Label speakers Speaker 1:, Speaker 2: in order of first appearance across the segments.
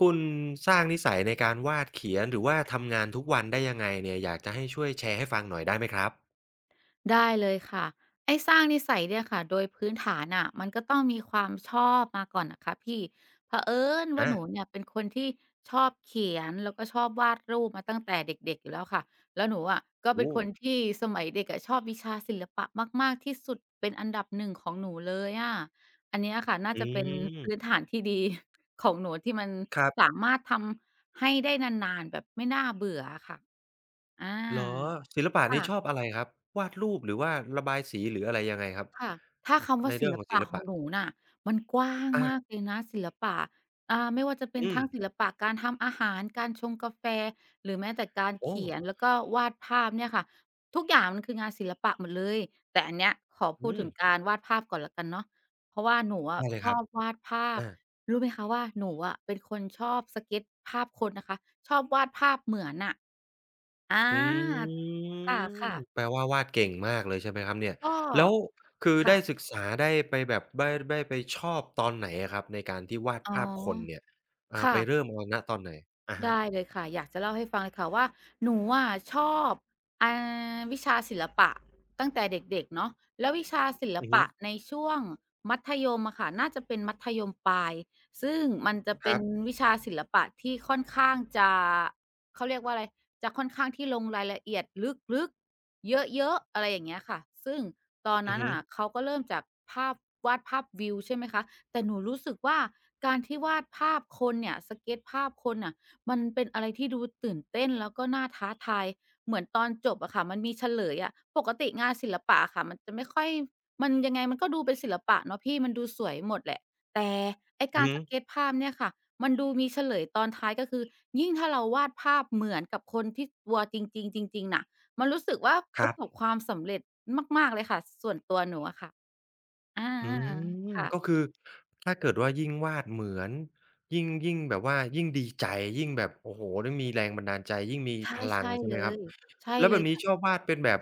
Speaker 1: คุณสร้างนิสัยในการวาดเขียนหรือว่าทำงานทุกวันได้ยังไงเนี่ยอยากจะให้ช่วยแชร์ให้ฟังหน่อยได้ไหมครับ
Speaker 2: ได้เลยค่ะไอ้สร้างนิสัยเนี่ยค่ะโดยพื้นฐานอ่ะมันก็ต้องมีความชอบมาก่อนนะคะพี่เผอิญว่าห
Speaker 1: อา
Speaker 2: นูเนี่ยเป็นคนที่ชอบเขียนแล้วก็ชอบวาดรูปมาตั้งแต่เด็กๆอยู่แล้วค่ะแล้วหนูอะก็เป็น
Speaker 1: โอ้
Speaker 2: คนที่สมัยเด็กอะชอบวิชาศิลปะมากๆที่สุดเป็นอันดับหนึ่งของหนูเลยอะอันเนี้ยค่ะน่า
Speaker 1: อื
Speaker 2: จะเป็นพื้น
Speaker 1: ม
Speaker 2: ฐานที่ดี ของหนูที่มัน
Speaker 1: ครั
Speaker 2: สา
Speaker 1: บ
Speaker 2: มารถทำให้ได้นานๆแบบไม่น่าเบื่อค่ะอ
Speaker 1: เหรอ
Speaker 2: า
Speaker 1: ศิลปะนี้
Speaker 2: ค่ะ
Speaker 1: ชอบอะไรครับวาดรูปหรือว่าระบายสีหรืออะไรยังไงครับ
Speaker 2: ค่ะถ้าคำ
Speaker 1: ใน
Speaker 2: ว่าศิ
Speaker 1: เรื่อง
Speaker 2: ล
Speaker 1: ของศิ
Speaker 2: ปะ
Speaker 1: ล
Speaker 2: ขอ
Speaker 1: ปะ
Speaker 2: งหนูน่ะมันกว้าง
Speaker 1: อา
Speaker 2: มากเลยนะศิลปะไม่ว่าจะเป็น
Speaker 1: อืม
Speaker 2: ทั้งศิลปะการทำอาหารการชงกาแฟหรือแม้แต่การ
Speaker 1: โอ้
Speaker 2: เขียนแล้วก็วาดภาพเนี่ยค่ะทุกอย่างมันคืองานศิลปะหมดเลยแต่อันเนี้ยขอพูด
Speaker 1: อื
Speaker 2: ถึ
Speaker 1: ม
Speaker 2: งการวาดภาพก่อนแล้วกันเนาะเพราะว่าหนูอะ
Speaker 1: ได้เลย
Speaker 2: ช
Speaker 1: ค
Speaker 2: อ
Speaker 1: รับ
Speaker 2: บวาดภาพ
Speaker 1: อา
Speaker 2: รู้ไหมคะว่าหนูอะเป็นคนชอบสเก็ตภาพคนนะคะชอบวาดภาพเหมือนน่ะอ
Speaker 1: อื
Speaker 2: า
Speaker 1: ม
Speaker 2: ค่ะๆ
Speaker 1: แปลว่าวาดเก่งมากเลยใช่ไหมครับเนี่ย
Speaker 2: ก็
Speaker 1: แล้วคือได้
Speaker 2: ค่ะ
Speaker 1: ศึกษาได้ไปแบบได้ไปชอบตอนไหนอะครับในการที่วาด
Speaker 2: อ๋อ
Speaker 1: ภาพคนเนี่ยอ่า
Speaker 2: ค่ะ
Speaker 1: ไปเริ่มเอาณตอนไหนอะ
Speaker 2: ได้
Speaker 1: ฮะ
Speaker 2: เลยค่ะอยากจะเล่าให้ฟังเลยค่ะว่าหนูอะชอบอ่วิชาศิลปะตั้งแต่เด็กๆเนาะแล้ววิชาศิล
Speaker 1: อือฮึ
Speaker 2: ปะในช่วงมัธยมอะค่ะน่าจะเป็นมัธยมปลายซึ่งมันจะ
Speaker 1: ค
Speaker 2: เป็
Speaker 1: รั
Speaker 2: น
Speaker 1: บ
Speaker 2: วิชาศิลปะที่ค่อนข้างจะเขาเรียกว่าอะไรจะค่อนข้างที่ลงรายละเอียดลึกๆเยอะๆอะไรอย่างเงี้ยค่ะซึ่งตอน
Speaker 1: อื
Speaker 2: นั้
Speaker 1: อ
Speaker 2: น
Speaker 1: ฮึ
Speaker 2: อ่ะเขาก็เริ่มจากภาพวาดภาพวิวใช่ไหมคะแต่หนูรู้สึกว่าการที่วาดภาพคนเนี่ยสเกตภาพคนอ่ะ มันเป็นอะไรที่ดูตื่นเต้นแล้วก็น่าท้าทายเหมือนตอนจบอะค่ะมันมีเฉลยอะปกติงานศิลปะอะค่ะมันจะไม่ค่อยมันยังไงมันก็ดูเป็นศิลปะเนาะพี่มันดูสวยหมดแหละแต่ไอ้
Speaker 1: อื
Speaker 2: กา
Speaker 1: อ
Speaker 2: ร
Speaker 1: ฮึ
Speaker 2: สเกตภาพเนี่ยค่ะมันดูมีเฉลยตอนท้ายก็คือยิ่งถ้าเราวาดภาพเหมือนกับคนที่ตัวจริงๆจริงๆน่ะมันรู้สึกว่า
Speaker 1: ค
Speaker 2: ป
Speaker 1: รั
Speaker 2: ระสบ
Speaker 1: บ
Speaker 2: ความสำเร็จมากๆเลยค่ะส่วนตัวหนูอะค่ะอา
Speaker 1: อืม
Speaker 2: ๆ
Speaker 1: ก็
Speaker 2: ค่ะ
Speaker 1: คือถ้าเกิดว่ายิ่งวาดเหมือนยิ่งแบบว่ายิ่งดีใจยิ่งแบบโอ้โฮได้มีแรงบันดาลใจยิ่งมี
Speaker 2: ใช่
Speaker 1: พลัง
Speaker 2: ใช่
Speaker 1: ใช่
Speaker 2: เล
Speaker 1: ไหมครับ
Speaker 2: ยใช่
Speaker 1: แล้ว
Speaker 2: เล
Speaker 1: แบ
Speaker 2: ย
Speaker 1: บนี้ชอ
Speaker 2: ค่ะ
Speaker 1: บวาดเป็นแบบ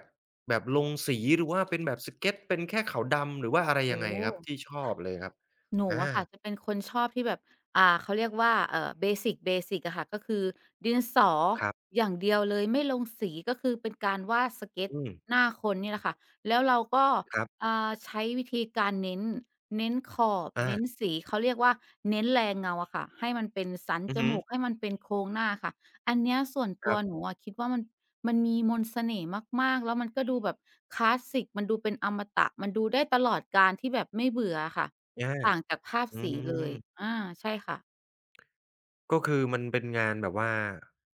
Speaker 1: แบบลงสีหรือว่าเป็นแบบสเกตเป็นแค่ขาวดำหรือว่าอะไรยั
Speaker 2: โอ้
Speaker 1: งไง
Speaker 2: โฮ
Speaker 1: ครับที่ชอบเลยครับ
Speaker 2: หนู
Speaker 1: อา
Speaker 2: อะค่ะจะเป็นคนชอบที่แบบเขาเรียกว่าเบสิกอะค่ะก็คือดินสอ
Speaker 1: ครับ
Speaker 2: อย่างเดียวเลยไม่ลงสีก็คือเป็นการวาดสเก็ต
Speaker 1: อืม
Speaker 2: หน้าคนนี่แหละค่ะแล้วเราก็
Speaker 1: ครับ
Speaker 2: ใช้วิธีการเน้นเน้นขอบ
Speaker 1: อา
Speaker 2: เน้นสีเขาเรียกว่าเน้นแลเงาอะค่ะให้มันเป็นสัน
Speaker 1: อื
Speaker 2: จ
Speaker 1: อฮึ
Speaker 2: มูกให้มันเป็นโครงหน้าค่ะอันเนี้ยส่วน
Speaker 1: ค
Speaker 2: ตั
Speaker 1: รั
Speaker 2: ว
Speaker 1: บ
Speaker 2: หนูอะคิดว่ามันมีมนต์เสน่ห์มากๆแล้วมันก็ดูแบบคลาสสิกมันดูเป็นอมตะมันดูได้ตลอดกาลที่แบบไม่เบื่ออะค่ะ
Speaker 1: อา
Speaker 2: ต่างจากภาพ
Speaker 1: อื
Speaker 2: สีเลย
Speaker 1: ม
Speaker 2: อาใช่ค่ะ
Speaker 1: ก็คือมันเป็นงานแบบว่า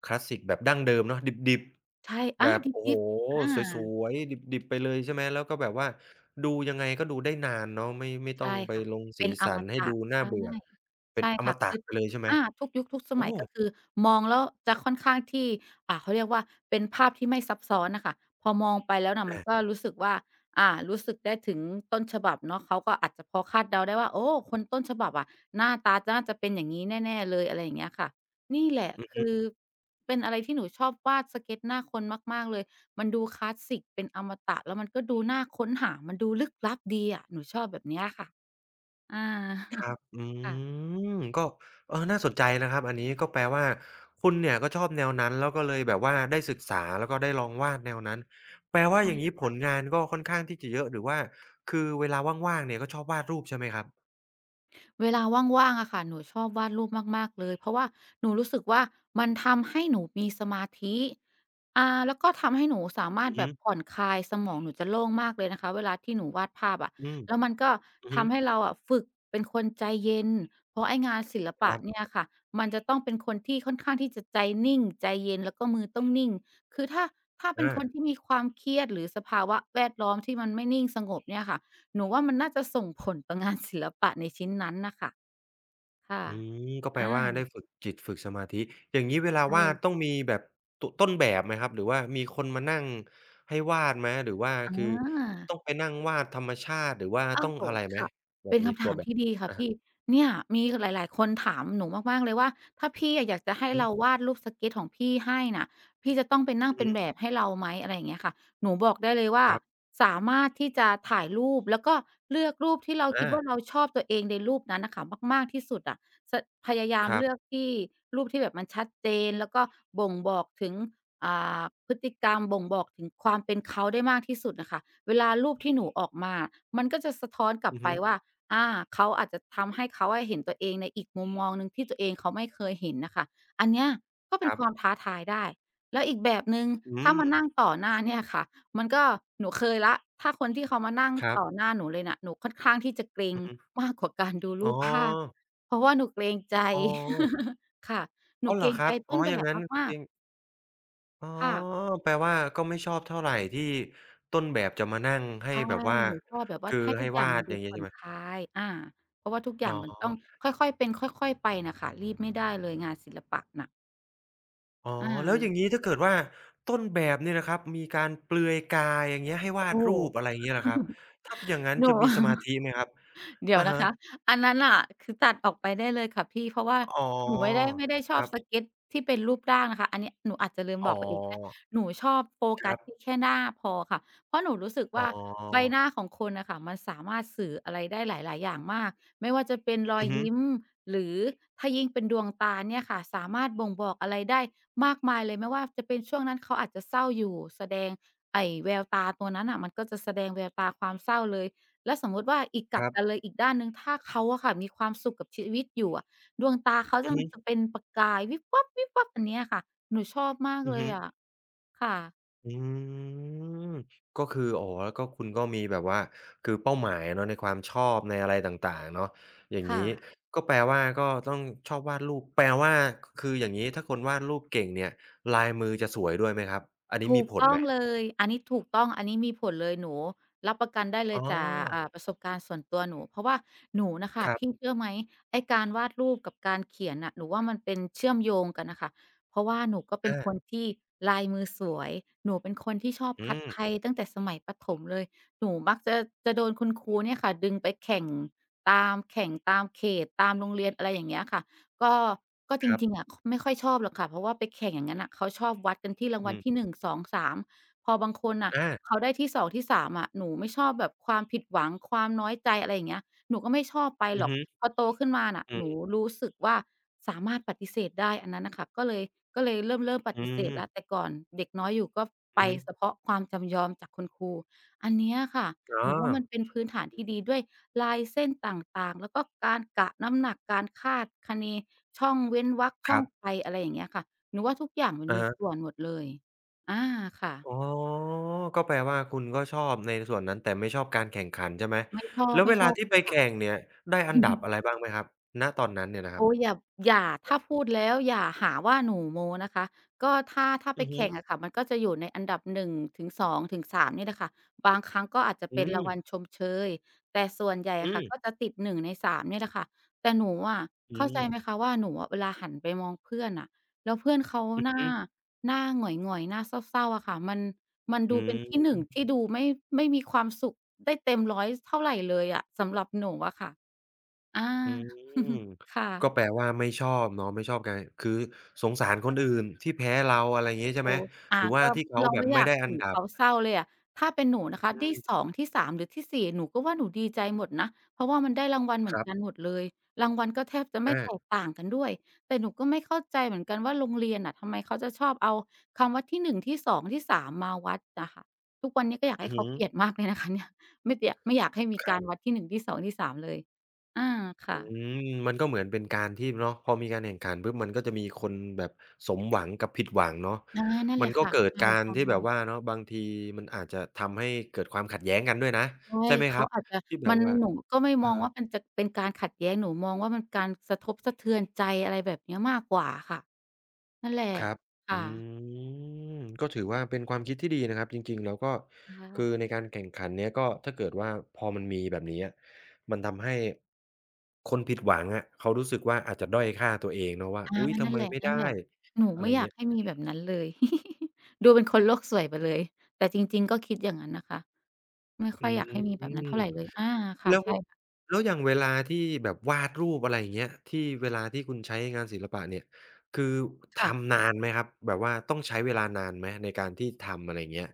Speaker 1: คลาสสิกแบบดั้งเดิมเนาะดิบ
Speaker 2: ใช่
Speaker 1: ๆ
Speaker 2: อา
Speaker 1: แบบ
Speaker 2: ด
Speaker 1: โอ้โฮ
Speaker 2: ิบๆอา
Speaker 1: สวยๆดิบๆไปเลยใช่ไหมแล้วก็แบบว่าดูยังไงก็ดูได้นานเนาะไม่ต้อง
Speaker 2: ใช่
Speaker 1: ไป
Speaker 2: ค่ะ
Speaker 1: ลง
Speaker 2: เป็
Speaker 1: สี
Speaker 2: นอ
Speaker 1: สั
Speaker 2: ม
Speaker 1: นให้
Speaker 2: ตะ
Speaker 1: ดูน่า
Speaker 2: ใช่
Speaker 1: เบื่อเป็น
Speaker 2: ใช่
Speaker 1: อม
Speaker 2: ค่ะ
Speaker 1: ตะ
Speaker 2: คือ
Speaker 1: ไปเลยใช่ไหม
Speaker 2: อาทุกยุคทุกส
Speaker 1: โอ้
Speaker 2: มัยก็คือ มองแล้วจะค่อนข้างที่เขาเรียกว่า เป็นภาพที่ไม่ซับซ้อนน่ะค่ะพอมองไปแล้วน่ะมันก็
Speaker 1: อา
Speaker 2: รู้สึกว่ารู้สึกได้ถึงต้นฉบับเนาะเขาก็อาจจะพอคาดเดาได้ว่าโอ้คนต้นฉบับอะหน้าตาน่าจะเป็นอย่างงี้แน่ๆเลยอะไรอย่างเงี้ยค่ะนี่แหละ
Speaker 1: อือฮึ
Speaker 2: คือเป็นอะไรที่หนูชอบวาดสเกตหน้าคนมากๆเลย มันดูคลาสสิกเป็นอมตะแล้วมันก็ดูน่าค้นหามันดูลึกลับดีอะหนูชอบแบบเนี้ยค่ะอา
Speaker 1: ครั บอื
Speaker 2: ค่ะ
Speaker 1: มก็เออน่าสนใจนะครับอันนี้ก็แปลว่าคุณเนี่ยก็ชอบแนวนั้นแล้วก็เลยแบบว่าได้ศึกษา แล้วก็ได้ลองวาดแนวนั้น แปลว่า
Speaker 2: ใช่
Speaker 1: อย่างงี้ผลงานก็ค่อนข้างที่จะเยอะหรือว่าคือ เวลาว่างๆเนี่ยก็ชอบวาดรูปใช่ไหมครับ
Speaker 2: เวลาว่างๆอะค่ะหนูชอบวาดรูปมากๆเลยเพราะว่าหนูรู้สึกว่ามันทำให้หนูมีสมาธิแล้วก็ทำให้หนูสามาร
Speaker 1: อื
Speaker 2: ถ
Speaker 1: อ
Speaker 2: แบ
Speaker 1: ฮึ
Speaker 2: บผ่อนคลายสมองหนูจะโล่งมากเลยนะคะเวลาที่หนูวาดภาพอะ
Speaker 1: อืม
Speaker 2: แล้วมันก็
Speaker 1: อือฮึ
Speaker 2: ทำให้เราอะฝึกเป็นคนใจเย็นเพราะไองานศิล
Speaker 1: ค
Speaker 2: ปะ
Speaker 1: รั
Speaker 2: เนี่
Speaker 1: บ
Speaker 2: ยค่ะมันจะต้องเป็นคนที่ค่อนข้างที่จะใจนิ่งใจเย็นแล้วก็มือต้องนิ่งคือถ้าเป็น
Speaker 1: อา
Speaker 2: คนที่มีความเครียดหรือสภาวะแวดล้อมที่มันไม่นิ่งสงบเนี่ยค่ะ หนูว่ามันน่าจะส่งผลต่องานศิลปะในชิ้นนั้นน่ะค่ะค่ะ
Speaker 1: อืมก็แปล
Speaker 2: อา
Speaker 1: ว่าได้ฝึกจิตฝึกสมาธิอย่างงี้เวลา
Speaker 2: ใช่
Speaker 1: วาดต้องมีแบบต้นแบบไหมครับหรือว่ามีคนมานั่งให้วาดไหมหรือว่า
Speaker 2: อ
Speaker 1: คือต้อ
Speaker 2: า
Speaker 1: งไปนั่งวาดธรรมชาติหรือว่า
Speaker 2: โอ้
Speaker 1: ต้อง
Speaker 2: โฮ
Speaker 1: อะไรไหม
Speaker 2: ค่ะ
Speaker 1: แบ
Speaker 2: เป็
Speaker 1: บ
Speaker 2: น
Speaker 1: มี
Speaker 2: คำ
Speaker 1: ตั
Speaker 2: ถา
Speaker 1: ว
Speaker 2: ม
Speaker 1: แบบ
Speaker 2: ที่ดีค่ะ
Speaker 1: อะฮะ
Speaker 2: พี่เนี่ยมีหลายๆคนถามหนูมากๆเลยว่าถ้าพี่อะอยากจะ
Speaker 1: อือ
Speaker 2: ให้
Speaker 1: ฮึ
Speaker 2: เราวาดรูปสเกตของพี่ให้น่ะพี่จะต้องไปนั่ง
Speaker 1: อือ
Speaker 2: เป็
Speaker 1: ฮึ
Speaker 2: นแบบให้เราไหมอะไรอย่างเงี้ยค่ะหนูบอกได้เลยว่า
Speaker 1: ครับ
Speaker 2: สามารถที่จะถ่ายรูปแล้วก็เลือกรูปที่เราคิด
Speaker 1: อา
Speaker 2: ว่าเราชอบตัวเองในรูปนั้นน่ะค่ะมากๆที่สุดอะจะพยายาม
Speaker 1: ครั
Speaker 2: เลือก
Speaker 1: บ
Speaker 2: ที่รูปที่แบบมันชัดเจนแล้วก็บ่งบอกถึงอ่าพฤติกรรมบ่งบอกถึงความเป็นเขาได้มากที่สุดน่ะค่ะ เวลารูปที่หนูออกมามันก็จะสะท้อนกลับ
Speaker 1: อือ
Speaker 2: ไป
Speaker 1: ฮึ
Speaker 2: ว่าอาเขาอาจจะทำให้เขาอะเห็นตัวเองในอีกมุมมองหนึ่งที่ตัวเองเขาไม่เคยเห็นน่ะค่ะอันเนี้ยก็เป็
Speaker 1: ค
Speaker 2: น
Speaker 1: รั
Speaker 2: ความ
Speaker 1: บ
Speaker 2: ท้าทายได้ แล้วอีกแบบหนึ่ง
Speaker 1: อื
Speaker 2: ถ้า
Speaker 1: ม
Speaker 2: มานั่งต่อหน้าเนี่ยค่ะมันก็หนูเคยแล้วถ้าคนที่เขามานั่ง
Speaker 1: ครับ
Speaker 2: ต่อหน้าหนูเลยน่ะหนูค่อนข้างที่จะเกรง
Speaker 1: อือฮึ
Speaker 2: มากกว่าการดู
Speaker 1: อ๋
Speaker 2: รู
Speaker 1: อ
Speaker 2: ปภาพเพราะว่าหนูเกรงใจ
Speaker 1: อ๋อ
Speaker 2: ค่ะหนู
Speaker 1: อ้าวเห
Speaker 2: เก
Speaker 1: ร
Speaker 2: ร
Speaker 1: อ
Speaker 2: ง
Speaker 1: ครั
Speaker 2: ใจ
Speaker 1: บอ๋
Speaker 2: ต้
Speaker 1: อ
Speaker 2: นแบ
Speaker 1: อย่าง
Speaker 2: บ
Speaker 1: งั้น
Speaker 2: มา
Speaker 1: เอ
Speaker 2: ก
Speaker 1: งอ๋อ
Speaker 2: ๆค่ะ
Speaker 1: แปลว่าก็ไม่ชอบเท่าไรที่ต้นแบบจะมานั่งให้
Speaker 2: ใช่
Speaker 1: แบบว่า
Speaker 2: หนูชอบแบบว่า
Speaker 1: คือ
Speaker 2: ให้ทุ
Speaker 1: ให้
Speaker 2: กอย่าง
Speaker 1: วา
Speaker 2: มั
Speaker 1: ด
Speaker 2: น
Speaker 1: อ
Speaker 2: ดู
Speaker 1: ย่างงี้
Speaker 2: ผ่อ
Speaker 1: ใช่
Speaker 2: น
Speaker 1: ไหม
Speaker 2: คลายเพราะว่าทุกอ
Speaker 1: อ๋
Speaker 2: ย่าง
Speaker 1: อ
Speaker 2: มันต้องค่อยๆเป็นค่อยๆไปน่ะค่ะรีบไม่ได้เลยงานศิลปะน่ะ
Speaker 1: อ๋อ แล้วอ
Speaker 2: อา
Speaker 1: ย่างงี้ถ้าเกิดว่าต้นแบบเนี่ยนะครับมีการเปลือยกายอย่างเงี้ยให้
Speaker 2: โอ้
Speaker 1: วา
Speaker 2: โฮ
Speaker 1: ดรูปอะไรอย่างเงี้ยเหรอครับถ้าเป็นอย่างงั้น
Speaker 2: หนู
Speaker 1: จะมีสมาธิไหมครับ
Speaker 2: เดี๋ยว
Speaker 1: อะ
Speaker 2: นะ
Speaker 1: ฮะ
Speaker 2: คะอันนั้นน่ะคือตัดออกไปได้เลยค่ะพี่เพราะว่า
Speaker 1: อ๋อ
Speaker 2: หนูไม่ได้ไม่ได้ช
Speaker 1: ค
Speaker 2: อบ
Speaker 1: รั
Speaker 2: ส
Speaker 1: บ
Speaker 2: เก็ตที่เป็นรูปร่างนะคะอันนี้หนูอาจจะลืม
Speaker 1: อ๋
Speaker 2: บอกไปเองกก็ได้
Speaker 1: อ
Speaker 2: หนูชอบโฟ
Speaker 1: ค
Speaker 2: กั
Speaker 1: รั
Speaker 2: สที่
Speaker 1: บ
Speaker 2: แค่หน้าพอค่ะเพราะหนูรู้สึก
Speaker 1: อ๋
Speaker 2: ว่าใบ
Speaker 1: อ
Speaker 2: หน้าของคนน่ะค่ะมันสามารถสื่ออะไรได้หลายๆอย่างมากไม่ว่าจะเป็นรอย
Speaker 1: อือฮึ
Speaker 2: ยิ้มหรือถ้ายิ่งเป็นดวงตาเนี่ยค่ะสามารถบ่งบอกอะไรได้มากมายเลยไม่ว่าจะเป็นช่วงนั้นเขาอาจจะเศร้าอยู่แสดงไอ้แววตาตัวนั้นน่ะมันก็จะแสดงแววตาความเศร้าเลย แล้วสมมุติว่าอีกก
Speaker 1: ค
Speaker 2: ลับ
Speaker 1: รั
Speaker 2: กัน
Speaker 1: บ
Speaker 2: เลยอีกด้านหนึ่งถ้าเขาอะค่ะมีความสุขกับชีวิตอยู่อะดวงตาเขา
Speaker 1: อื
Speaker 2: จะ
Speaker 1: อ
Speaker 2: มันจะ
Speaker 1: ฮึ
Speaker 2: เป็นประกายวิบวับๆอันเนี้ยค่ะหนูชอบมาก
Speaker 1: อือ
Speaker 2: เลย
Speaker 1: ฮึ
Speaker 2: อะค่ะ
Speaker 1: อืมก็คืออ๋อแล้วก็คุณก็มีแบบว่าคือเป้าหมายเนาะในความชอบในอะไรต่างๆเนาะอย่าง
Speaker 2: ค่ะ
Speaker 1: งี้ก็แปลว่าก็ต้องชอบวาดรูปแปลว่าคืออย่างงี้ถ้าคนวาดรูปเก่งเนี่ยลายมือจะสวยด้วยไหมครับอันนี้
Speaker 2: ถู
Speaker 1: มี
Speaker 2: ก
Speaker 1: ผล
Speaker 2: ต้อ
Speaker 1: ไห
Speaker 2: ง
Speaker 1: ม
Speaker 2: เลยอันนี้ถูกต้อง อันนี้มีผลเลยหนูรับประกันได้เล
Speaker 1: อ๋
Speaker 2: ย
Speaker 1: อ
Speaker 2: จากประสบการณ์ส่วนตัวหนูเพราะว่าหนูน่ะค่ะ
Speaker 1: ครั
Speaker 2: พี่
Speaker 1: บ
Speaker 2: เชื่อไหมไอ้การวาดรูปกับการเขียนน่ะหนูว่ามันเป็นเชื่อมโยงกันน่ะค่ะเพราะว่าหนูก็เป็น
Speaker 1: อา
Speaker 2: คนที่ลายมือสวยหนูเป็นคนที่ชอบ
Speaker 1: อื
Speaker 2: คัด
Speaker 1: ม
Speaker 2: ไทยตั้งแต่สมัยประถมเลยหนูมักจะจะโดนคุณครูเนี่ยค่ะดึงไปแข่งตามแข่งตามเขตตามโรงเรียนอะไรอย่างเงี้ยค่ะ ก็จ
Speaker 1: ครั
Speaker 2: ริงๆ
Speaker 1: บ
Speaker 2: อะคไม่ค่อยชอบหรอกค่ะเพราะว่าไปแข่งอย่างงั้นน่ะเขาชอบวัดกันที่ราง
Speaker 1: อื
Speaker 2: วัลที่ห
Speaker 1: ม
Speaker 2: นึ่งสองสามพอบางคนน่ะ
Speaker 1: อา
Speaker 2: เขาได้ที่สองที่สามอะหนูไม่ชอบแบบความผิดหวังความน้อยใจอะไรอย่างเงี้ยหนูก็ไม่ชอบไป
Speaker 1: อื
Speaker 2: ห
Speaker 1: อ
Speaker 2: รอก
Speaker 1: ฮึ
Speaker 2: พอโตขึ้นมาน่ะ
Speaker 1: อื
Speaker 2: หนู
Speaker 1: ม
Speaker 2: รู้สึกว่าสามารถปฏิเสธได้อันนั้นน่ะค่ะก็เลยเริ่มป
Speaker 1: อื
Speaker 2: ฏิเสธ
Speaker 1: ม
Speaker 2: แล้วแต่ก่อนเด็กน้อยอยู่ก็ไป
Speaker 1: อือฮึ
Speaker 2: เฉพาะความจำยอมจากคุณครูอันเนี้ยค่ะ
Speaker 1: อ๋
Speaker 2: ห
Speaker 1: อ
Speaker 2: นูว่ามันเป็นพื้นฐานที่ดีด้วย ลายเส้นต่างๆ แล้วก็การกะน้ำหนักการคาดคะเนช่องเว้นวรรค
Speaker 1: ค
Speaker 2: ช่อ
Speaker 1: รั
Speaker 2: งไป
Speaker 1: บ
Speaker 2: อะไรอย่างเงี้ยค่ะหนูว่าทุกอย่างมันมีส่
Speaker 1: อา
Speaker 2: วนหมดเลยอา
Speaker 1: อ๋
Speaker 2: ค่ะ
Speaker 1: อก็แปลว่าคุณก็ชอบในส่วนนั้นแต่ไม่ชอบการแข่งขันใช่ไหม
Speaker 2: ไม่ชอบ
Speaker 1: แล้ว
Speaker 2: ไม่
Speaker 1: เว
Speaker 2: ช
Speaker 1: ลา
Speaker 2: อบ
Speaker 1: ที่
Speaker 2: เล
Speaker 1: ไป
Speaker 2: ย
Speaker 1: แข่
Speaker 2: ค่ะ
Speaker 1: งเนี่ยได้อันดับอะไรบ้างไหมครับณตอนนั้นเนี่ยนะครับ
Speaker 2: โอ้ยอย่าถ้าพูดแล้วอย่าหาว่าหนูโม้นะคะก็ถ้าไป
Speaker 1: อือฮึ
Speaker 2: แข่งอะค่ะมันก็จะอยู่ในอันดับ1ถึง2ถึง3นี่แหละค่ะบางครั้งก็อาจจะ
Speaker 1: อื
Speaker 2: เป็น
Speaker 1: ม
Speaker 2: รางวัลชมเชยแต่ส่วนใหญ่
Speaker 1: อื
Speaker 2: อะค่ะก็
Speaker 1: ม
Speaker 2: จะติด1ใน3นี่แหละค่ะแต่หนูอะ
Speaker 1: อื
Speaker 2: เข้าใจ
Speaker 1: ม
Speaker 2: ไหมคะว่าหนูอะเวลาหันไปมองเพื่อนน่ะแล้วเพื่อนเขา
Speaker 1: อื
Speaker 2: ห
Speaker 1: อ
Speaker 2: น้า
Speaker 1: ฮึ
Speaker 2: หงอยๆหน้าเศร้าๆอะค่ะมัน
Speaker 1: อื
Speaker 2: ดูเป็นที่หนึ่ง
Speaker 1: ม
Speaker 2: ที่ดูไม่มีความสุขได้เต็มร้อยเท่าไรเลยอะสำหรับหนูอะค่ะอา
Speaker 1: อืม ก็
Speaker 2: ค่ะ
Speaker 1: แปลว่าไม่ชอบเนาะไม่ชอบการคือสงสารคนอื่นที่แพ้เราอะไรอย่างงี้ใช่
Speaker 2: โอ้
Speaker 1: ไหมหรือว่า
Speaker 2: ก็
Speaker 1: ที่เขา
Speaker 2: เรา
Speaker 1: แบบ
Speaker 2: ไม่อ
Speaker 1: ไม่
Speaker 2: ยาก
Speaker 1: ได้อั
Speaker 2: เห็
Speaker 1: น
Speaker 2: น
Speaker 1: ดับ
Speaker 2: เขาเศร้าเลยอะถ้าเป็นหนูนะคะ
Speaker 1: อื
Speaker 2: ที่สอ
Speaker 1: ม
Speaker 2: งที่สามหรือที่สี่หนูก็ว่าหนูดีใจหมดนะเพราะว่ามันได้รางวัลเหมื
Speaker 1: ค
Speaker 2: อน
Speaker 1: รั
Speaker 2: กันห
Speaker 1: บ
Speaker 2: มดเลยรางวัลก็แทบจะไม่
Speaker 1: อา
Speaker 2: แตกต่างกันด้วยแต่หนูก็ไม่เข้าใจเหมือนกันว่าโรงเรียนน่ะทำไมเขาจะชอบเอาคำว่าที่หนึ่งที่สองที่สามมาวัดอะค่ะทุกวันนี้ก็อยาก
Speaker 1: อื
Speaker 2: ให้
Speaker 1: อ
Speaker 2: เขา
Speaker 1: ฮึ
Speaker 2: เปลี่ยนมากเลยนะคะเนี่ยไม่เตียะไม่อยากให้มี
Speaker 1: ครั
Speaker 2: การวัด
Speaker 1: บ
Speaker 2: ที่หนึ่งที่สองที่สามเลยอา
Speaker 1: อื
Speaker 2: ค่ะ
Speaker 1: มมันก็เหมือนเป็นการที่เนาะพอมีการแข่งขันปุ๊บมันก็จะมีคนแบบสมหวังกับผิดหวังเนาะ
Speaker 2: อานั่นแห
Speaker 1: มัน
Speaker 2: ละ
Speaker 1: ก็
Speaker 2: ค่ะ
Speaker 1: เกิด
Speaker 2: ใช
Speaker 1: การ
Speaker 2: ่
Speaker 1: ที่แบบว่า
Speaker 2: ๆ
Speaker 1: เนาะบางทีมันอาจจะทำให้เกิดความขัดแย้งกันด้วยนะ
Speaker 2: ใช่
Speaker 1: ใช่ไหมค
Speaker 2: เขา
Speaker 1: รับ
Speaker 2: อาจจะ
Speaker 1: ที่แบ
Speaker 2: มั
Speaker 1: บ
Speaker 2: น
Speaker 1: ว่า
Speaker 2: หนูก็ไม่
Speaker 1: เอ
Speaker 2: ม
Speaker 1: อ
Speaker 2: องว่ามันจะเป็นการขัดแย้งหนูมองว่ามันการสะทบสะเทือนใจอะไรแบบเนี้ยมากกว่าค่ะนั่นแหละ
Speaker 1: ครับ
Speaker 2: ค
Speaker 1: อื
Speaker 2: ่ะ
Speaker 1: มก็ถือว่าเป็นความคิดที่ดีนะครับจริงๆแล้วก็คือ
Speaker 2: อา
Speaker 1: ในการแข่งขันเนี้ยก็ถ้าเกิดว่าพอมันมีแบบนี้อะมันทำให้คนผิดหวังอะเขารู้สึกว่าอาจจะด้อยค่าตัวเองเนาะว่า
Speaker 2: อา
Speaker 1: อุ๊ยทำ
Speaker 2: นั่น
Speaker 1: ไม
Speaker 2: แหล
Speaker 1: ไม่ได้
Speaker 2: ะๆหนู
Speaker 1: อะ
Speaker 2: ไม่อ
Speaker 1: ไร่า
Speaker 2: ยาก
Speaker 1: เงี้ย
Speaker 2: ให้มีแบบนั้นเลย ดูเป็นคนโลกสวยไปเลยแต่จริงๆก็คิดอย่างนั้นนะคะไม่ค่
Speaker 1: อื
Speaker 2: อยอยากให้มีแบบนั้น
Speaker 1: ม
Speaker 2: เท่าไรเลยค่ะ
Speaker 1: แล้ว
Speaker 2: ใช่ค่ะ
Speaker 1: แล้วอย่างเวลาที่แบบวาดรูปอะไรอย่างเงี้ยที่เวลาที่คุณใช้งานศิลปะเนี่ยคือ
Speaker 2: ค่ะ
Speaker 1: ทำนานไหมครับแบบว่าต้องใช้เวลานานไหมในการที่ทำอะไรอย่างเงี้ย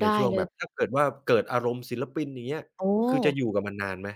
Speaker 1: ใน
Speaker 2: ได้
Speaker 1: ช่วง
Speaker 2: เล
Speaker 1: แบ
Speaker 2: ย
Speaker 1: บถ้าเกิดว่าเกิดอารมณ์ศิลปินอย่างเงี้ย
Speaker 2: โอ้
Speaker 1: คือจะอยู่กับมันนานไหม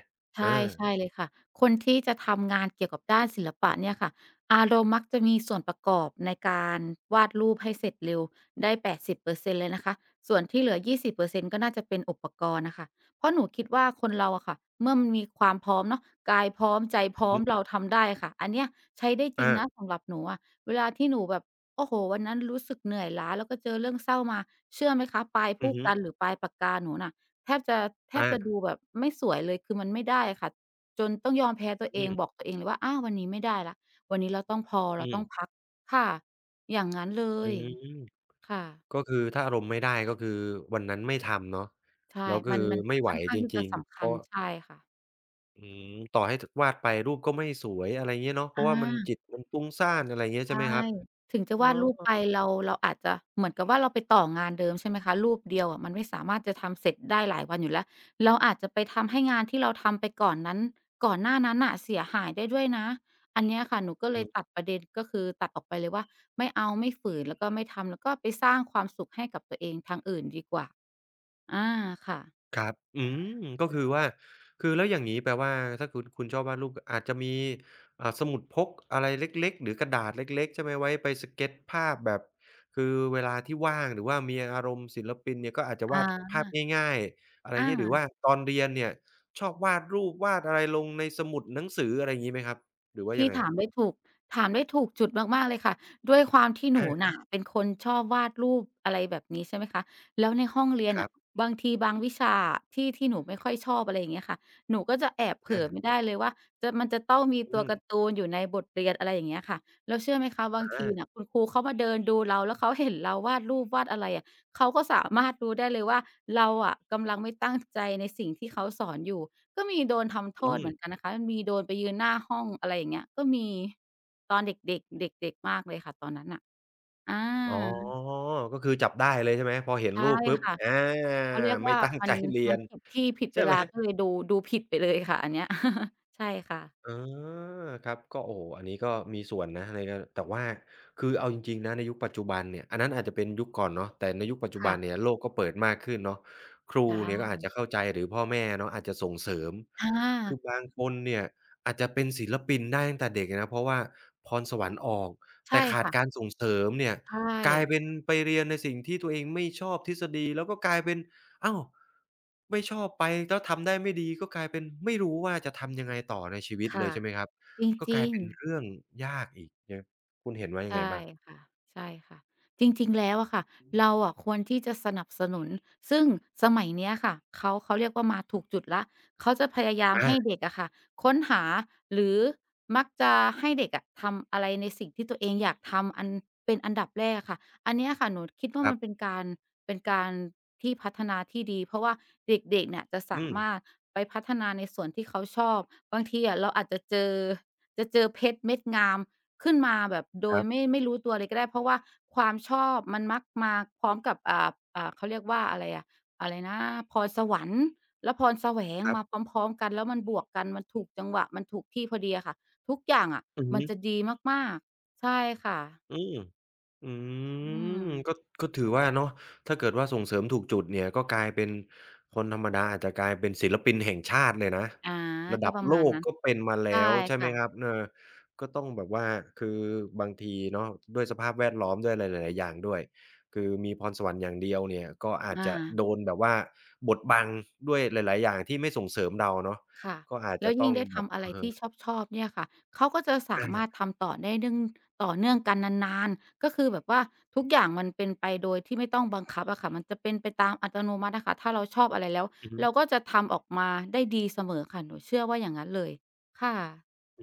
Speaker 1: อา
Speaker 2: ใช่ใช่เลยค่ะคนที่จะทำงานเกี่ยวกับด้านศิลปะเนี่ยค่ะอารมณ์มักจะมีส่วนประกอบในการวาดรูปให้เสร็จเร็วได้80%เลยนะคะส่วนที่เหลือ20%ก็น่าจะเป็นอุปกรณ์น่ะค่ะเพราะหนูคิดว่าคนเราอะค่ะเมื่อมันมีความพร้อมเนาะกายพร้อมใจพ
Speaker 1: อื
Speaker 2: ร้
Speaker 1: อ
Speaker 2: อม
Speaker 1: ฮึ
Speaker 2: เราทำได้ค่ะอันเนี้ยใช้ได้จริง
Speaker 1: อา
Speaker 2: นะสำหรับหนูอะเวลาที่หนูแบบโอ้โฮวันนั้นรู้สึกเหนื่อยล้าแล้วก็เจอเรื่องเศร้ามาเชื่อไหมคะปลาย
Speaker 1: อื
Speaker 2: ผู้
Speaker 1: อฮึ
Speaker 2: กันหรือปลายปากกาหนูน่ะ แทบจะแทบจะ
Speaker 1: อา
Speaker 2: ดูแบบไม่สวยเลยคือมันไม่ได้ค่ะจนต้องยอมแพ้ตัวเอ
Speaker 1: อื
Speaker 2: ง
Speaker 1: ม
Speaker 2: บอกตัวเองเลยว่าอาวันนี้ไม่ได้แล้ววันนี้เราต้องพอ
Speaker 1: อื
Speaker 2: เราต้อง
Speaker 1: ม
Speaker 2: พักค่ะอย่างงั้นเล
Speaker 1: อื
Speaker 2: ย
Speaker 1: ม
Speaker 2: ค่ะ
Speaker 1: ก็คือถ้าอารมณ์ไม่ได้ก็คือวันนั้นไม่ทำเนาะ
Speaker 2: ใช่
Speaker 1: แล้วคือ
Speaker 2: มัน
Speaker 1: ไม่ไหว
Speaker 2: ค่อนข้าง
Speaker 1: จ
Speaker 2: ที่จะ
Speaker 1: ริงๆ
Speaker 2: สำ
Speaker 1: เพ
Speaker 2: คัญ
Speaker 1: ราะ
Speaker 2: ใช่ค่ะ
Speaker 1: อืมต่อให้ถวาดไปรูปก็ไม่สวยอะไรเงี้ยเนาะเพ
Speaker 2: อา
Speaker 1: ราะว่ามันจิตมันฟุ้งซ่านอะไรเงี้ย
Speaker 2: ใช
Speaker 1: ใช่ไหม
Speaker 2: ่
Speaker 1: ครับ
Speaker 2: ถึงจะ
Speaker 1: อ๋อ
Speaker 2: วาดรูปไปเราอาจจะเหมือนกับว่าเราไปต่องานเดิมใช่ไหมคะรูปเดียวอะมันไม่สามารถจะทำเสร็จได้หลายวันอยู่แล้วเราอาจจะไปทำให้งานที่เราทำไปก่อนนั้นก่อนหน้านั้นน่ะเสียหายได้ด้วยนะอันเนี้ยค่ะหนูก็
Speaker 1: อือ
Speaker 2: เลย
Speaker 1: ฮึ
Speaker 2: ตัดประเด็นก็คือตัดออกไปเลยว่าไม่เอาไม่ฝืนแล้วก็ไม่ทำแล้วก็ไปสร้างความสุขให้กับตัวเองทางอื่นดีกว่าอาค่ะ
Speaker 1: ครับอืมก็คือว่าคือแล้วอย่างงี้แปลว่าถ้าคุณชอบวาดรูปอาจจะมีสมุดพกอะไรเล็กๆหรือกระดาษเล็กๆใช่ไหมไว้ไปสเกตภาพแบบคือเวลาที่ว่างหรือว่ามีอารมณ์ศิลปินเนี่ยก็อาจจะวาด
Speaker 2: อา
Speaker 1: ภาพง่ายๆอะไร
Speaker 2: อา
Speaker 1: งี้หรือว่าตอนเรียนเนี่ยชอบวาดรูปวาดอะไรลงในสมุดหนังสืออะไรงี้ไหมครับหรือว่ายั
Speaker 2: พี่
Speaker 1: งไงค
Speaker 2: ถา
Speaker 1: รั
Speaker 2: มได้
Speaker 1: บ
Speaker 2: ถูกถามได้ถูกจุดมากๆเลยค่ะด้วยความที่หนู
Speaker 1: อา
Speaker 2: น่ะเป็นคนชอบวาดรูปอะไรแบบนี้ใช่ไหมคะแล้วในห้องเรียน
Speaker 1: ครั
Speaker 2: น่ะ
Speaker 1: บ
Speaker 2: บางทีบางวิชาอะที่หนูไม่ค่อยชอบอะไรอย่างเงี้ยค่ะหนูก็จะแอบเผลอไม่
Speaker 1: อา
Speaker 2: ได้เลยว่ามันจะต้องมีตั
Speaker 1: อื
Speaker 2: ว
Speaker 1: ม
Speaker 2: การ์ตูนอยู่ในบทเรียนอะไรอย่างเงี้ยค่ะแล้วเชื่อไหมคะบางทีน่ะ
Speaker 1: อา
Speaker 2: คุณครูเขามาเดินดูเราแล้วเขาเห็นเราวาดรูปวาดอะไรอะเขาก็สามารถรู้ได้เลยว่าเราอะกำลังไม่ตั้งใจในสิ่งที่เขาสอนอยู่ ก็มีโดนทำโท
Speaker 1: อื
Speaker 2: ษเหมื
Speaker 1: ม
Speaker 2: อนกันนะคะ มีโดนไปยืนหน้าห้องอะไรอย่างเงี้ยก็มีตอนเด็กๆเด็กๆมากเลยค่ะตอนนั้นน่ะอ
Speaker 1: อ๋อ
Speaker 2: า
Speaker 1: ก็คือจับได้เลยใช่ไหมพอเห็น
Speaker 2: ใช่
Speaker 1: รูปปุ๊บ
Speaker 2: ค่ะ
Speaker 1: อา
Speaker 2: เขาเรียก
Speaker 1: ไม่
Speaker 2: ว่า
Speaker 1: ตั้ง
Speaker 2: มั
Speaker 1: ใจ
Speaker 2: น
Speaker 1: เรี
Speaker 2: มั
Speaker 1: ย
Speaker 2: น
Speaker 1: น
Speaker 2: ผิดที่ผิดเว
Speaker 1: ใช่ไห
Speaker 2: ลา
Speaker 1: ม
Speaker 2: ก็เลยดูผิดไปเลยค่ะอันเนี้ย ใช่ค่ะ
Speaker 1: อาครับก็โอ้โฮอันนี้ก็มีส่วนนะในการแต่ว่าคือเอาจริงๆนะในยุคปัจจุบันเนี่ยอันนั้นอาจจะเป็นยุคก่อนเนาะแต่ในยุคปัจจุบั
Speaker 2: ค่ะ
Speaker 1: นเนี่ยโลกก็เปิดมากขึ้นเนาะครู
Speaker 2: ไ
Speaker 1: เนี่ยก็อา
Speaker 2: ด้
Speaker 1: จจะเข้าใจหรือพ่อแม่เนาะอาจจะส่งเสริม
Speaker 2: อ
Speaker 1: คือ
Speaker 2: า
Speaker 1: บางคนเนี่ยอาจจะเป็นศิลปินได้ตั้งแต่เด็กอะนะเพราะว่าพรสวรรค์ออก
Speaker 2: ใช่
Speaker 1: แต่ขาดการ
Speaker 2: ค่ะ
Speaker 1: ส่งเสริมเนี่ย
Speaker 2: ใช่
Speaker 1: กลายเป็นไปเรียนในสิ่งที่ตัวเองไม่ชอบทฤษฎีแล้วก็กลายเป็น อ้าวไม่ชอบไปแล้วทำได้ไม่ดีก็กลายเป็นไม่รู้ว่าจะทำยังไงต่อในชีวิตเล
Speaker 2: ค่ะ
Speaker 1: ยใช่ไหมครับ
Speaker 2: จ
Speaker 1: ก็ก
Speaker 2: ริ
Speaker 1: ลาย
Speaker 2: ง
Speaker 1: เป็น
Speaker 2: ๆ
Speaker 1: เรื่องยากอีกนะคุณเห็นว่ายังไง
Speaker 2: ใช่
Speaker 1: บ้าง
Speaker 2: ค่ะใช่ค่ะจริงๆแล้วอะค่ะเราอะควรที่จะสนับสนุนซึ่งสมัยเนี้ยค่ะเขาเรียกว่ามาถูกจุดแล้วเขาจะพยายามให้
Speaker 1: อา
Speaker 2: เด็กอะค่ะค้นหาหรือมักจะให้เด็กอะทำอะไรในสิ่งที่ตัวเองอยากทำอันเป็นอันดับแรกอะค่ะอันเนี้ยค่ะหนูคิด
Speaker 1: ค
Speaker 2: ว่า
Speaker 1: รั
Speaker 2: มันเป็น
Speaker 1: บ
Speaker 2: การที่พัฒนาที่ดีเพราะว่าเด็กๆเนี่ยจะสา
Speaker 1: อืม
Speaker 2: มารถไปพัฒนาในส่วนที่เขาชอบบางทีอะเราอาจจะเจอเพชรเม็ดงาม ขึ้นมาแบบโด
Speaker 1: ค
Speaker 2: ย
Speaker 1: รับ
Speaker 2: ไม่รู้ตัวเลยก็ได้เพราะว่าความชอบมันมักมาพร้อมกับเขาเรียกว่าอะไรอะอะไรนะพรสวรรค์และพรแสวง
Speaker 1: ๆ
Speaker 2: มาพร้อมๆกันแล้วมันบวกกันมันถูกจังหวะมันถูกที่พอดีอะค่ะทุกอย่างอะ
Speaker 1: อือฮึ
Speaker 2: มันจะดีมากๆใช่ค่ะ
Speaker 1: อืม อื
Speaker 2: อืม
Speaker 1: มก็ถือว่าเนาะถ้าเกิดว่าส่งเสริมถูกจุดเนี่ยก็กลายเป็นคนธรรมดาอาจจะกลายเป็นศิลปินแห่งชาติเลยนะ
Speaker 2: อา
Speaker 1: ระ
Speaker 2: ก็
Speaker 1: ดับ
Speaker 2: ประ
Speaker 1: โล
Speaker 2: มาณ
Speaker 1: ก
Speaker 2: นั้น
Speaker 1: ก็เป็นมา
Speaker 2: ใช่
Speaker 1: แล้วใช่ไหม
Speaker 2: ค่ะ
Speaker 1: ครับเออก็ต้องแบบว่าคือบางทีเนาะด้วยสภาพแวดล้อมด้วยอะไรหลายๆอย่างด้วยคือมีพรสวรรค์อย่างเดียวเนี่ยก็อาจ
Speaker 2: อา
Speaker 1: จะโดนแบบว่าบดบังด้วยหลายๆอย่างที่ไม่ส่งเสริมเราเนาะ
Speaker 2: ค่ะ
Speaker 1: ก็อาจ
Speaker 2: แล้
Speaker 1: จะ
Speaker 2: ว
Speaker 1: ต้
Speaker 2: ยิ่
Speaker 1: อ
Speaker 2: ง
Speaker 1: ง
Speaker 2: ได้
Speaker 1: แบบ
Speaker 2: ทำอะไร
Speaker 1: เอ
Speaker 2: ที่
Speaker 1: อ
Speaker 2: ชอบๆเนี่ยค่ะเขาก็จะสามารถ
Speaker 1: อา
Speaker 2: ทำต่อได้เนื่องต่อเนื่องกันนานๆก็คือแบบว่าทุกอย่างมันเป็นไปโดยที่ไม่ต้องบังคับอะค่ะมันจะเป็นไปตามอัตโนมัติอะค่ะถ้าเราชอบอะไรแล้ว
Speaker 1: อือฮึ
Speaker 2: เราก็จะทำออกมาได้ดีเสมอค่ะหนูเชื่อว่าอย่างงั้นเลยค่ะ
Speaker 1: อื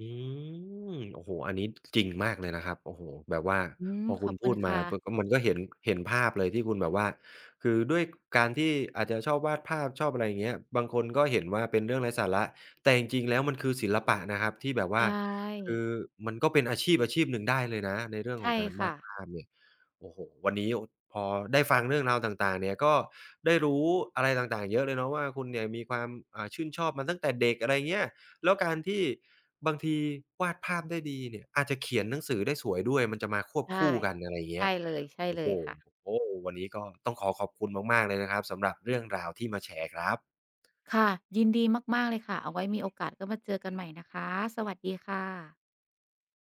Speaker 1: มโอ้โฮอันนี้จริงมากเลยนะครับโอ้โฮแบบว่า
Speaker 2: อืม
Speaker 1: พอ
Speaker 2: ข
Speaker 1: คุ
Speaker 2: อ
Speaker 1: ณ
Speaker 2: บคุ
Speaker 1: พู
Speaker 2: ณ
Speaker 1: ดมา
Speaker 2: ค่ะ
Speaker 1: ปุ๊บก็มันก็เห็นเห็นภาพเลยที่คุณแบบว่าคือด้วยการที่อาจจะชอบวาดภาพชอบอะไรอย่างเงี้ยบางคนก็เห็นว่าเป็นเรื่องไร้สาระแต่จริงๆแล้วมันคือศิลปะนะครับที่แบบว่า
Speaker 2: ใช่
Speaker 1: คือมันก็เป็นอาชีพหนึ่งได้เลยนะในเรื่องขอ
Speaker 2: ใช่
Speaker 1: งการวา
Speaker 2: ค่ะ
Speaker 1: ดภาพเนี่ยโอ้โฮวันนี้โอ้พอได้ฟังเรื่องราวต่างๆเนี่ยก็ได้รู้อะไรต่างๆเยอะเลยเนาะว่าคุณเนี่ยมีความชื่นชอบมาตั้งแต่เด็กอะไรเงี้ย แล้วการที่บางทีวาดภาพได้ดีเนี่ยอาจจะเขียนหนังสือได้สวยด้วยมันจะมาควบ
Speaker 2: ใช่
Speaker 1: คู่กันอะไรอย่างเงี้
Speaker 2: ใช่
Speaker 1: ย
Speaker 2: เลยใช่
Speaker 1: โอ้
Speaker 2: เล
Speaker 1: โฮ
Speaker 2: ยค่ะ
Speaker 1: โอ้วันนี้ก็ต้องขอขอบคุณมากๆเลยนะครับสำหรับเรื่องราวที่มาแชร์ครับ
Speaker 2: ค่ะยินดีมากๆเลยค่ะเอาไว้มีโอกาสก็มาเจอกันใหม่นะคะสวัสดีค่ะ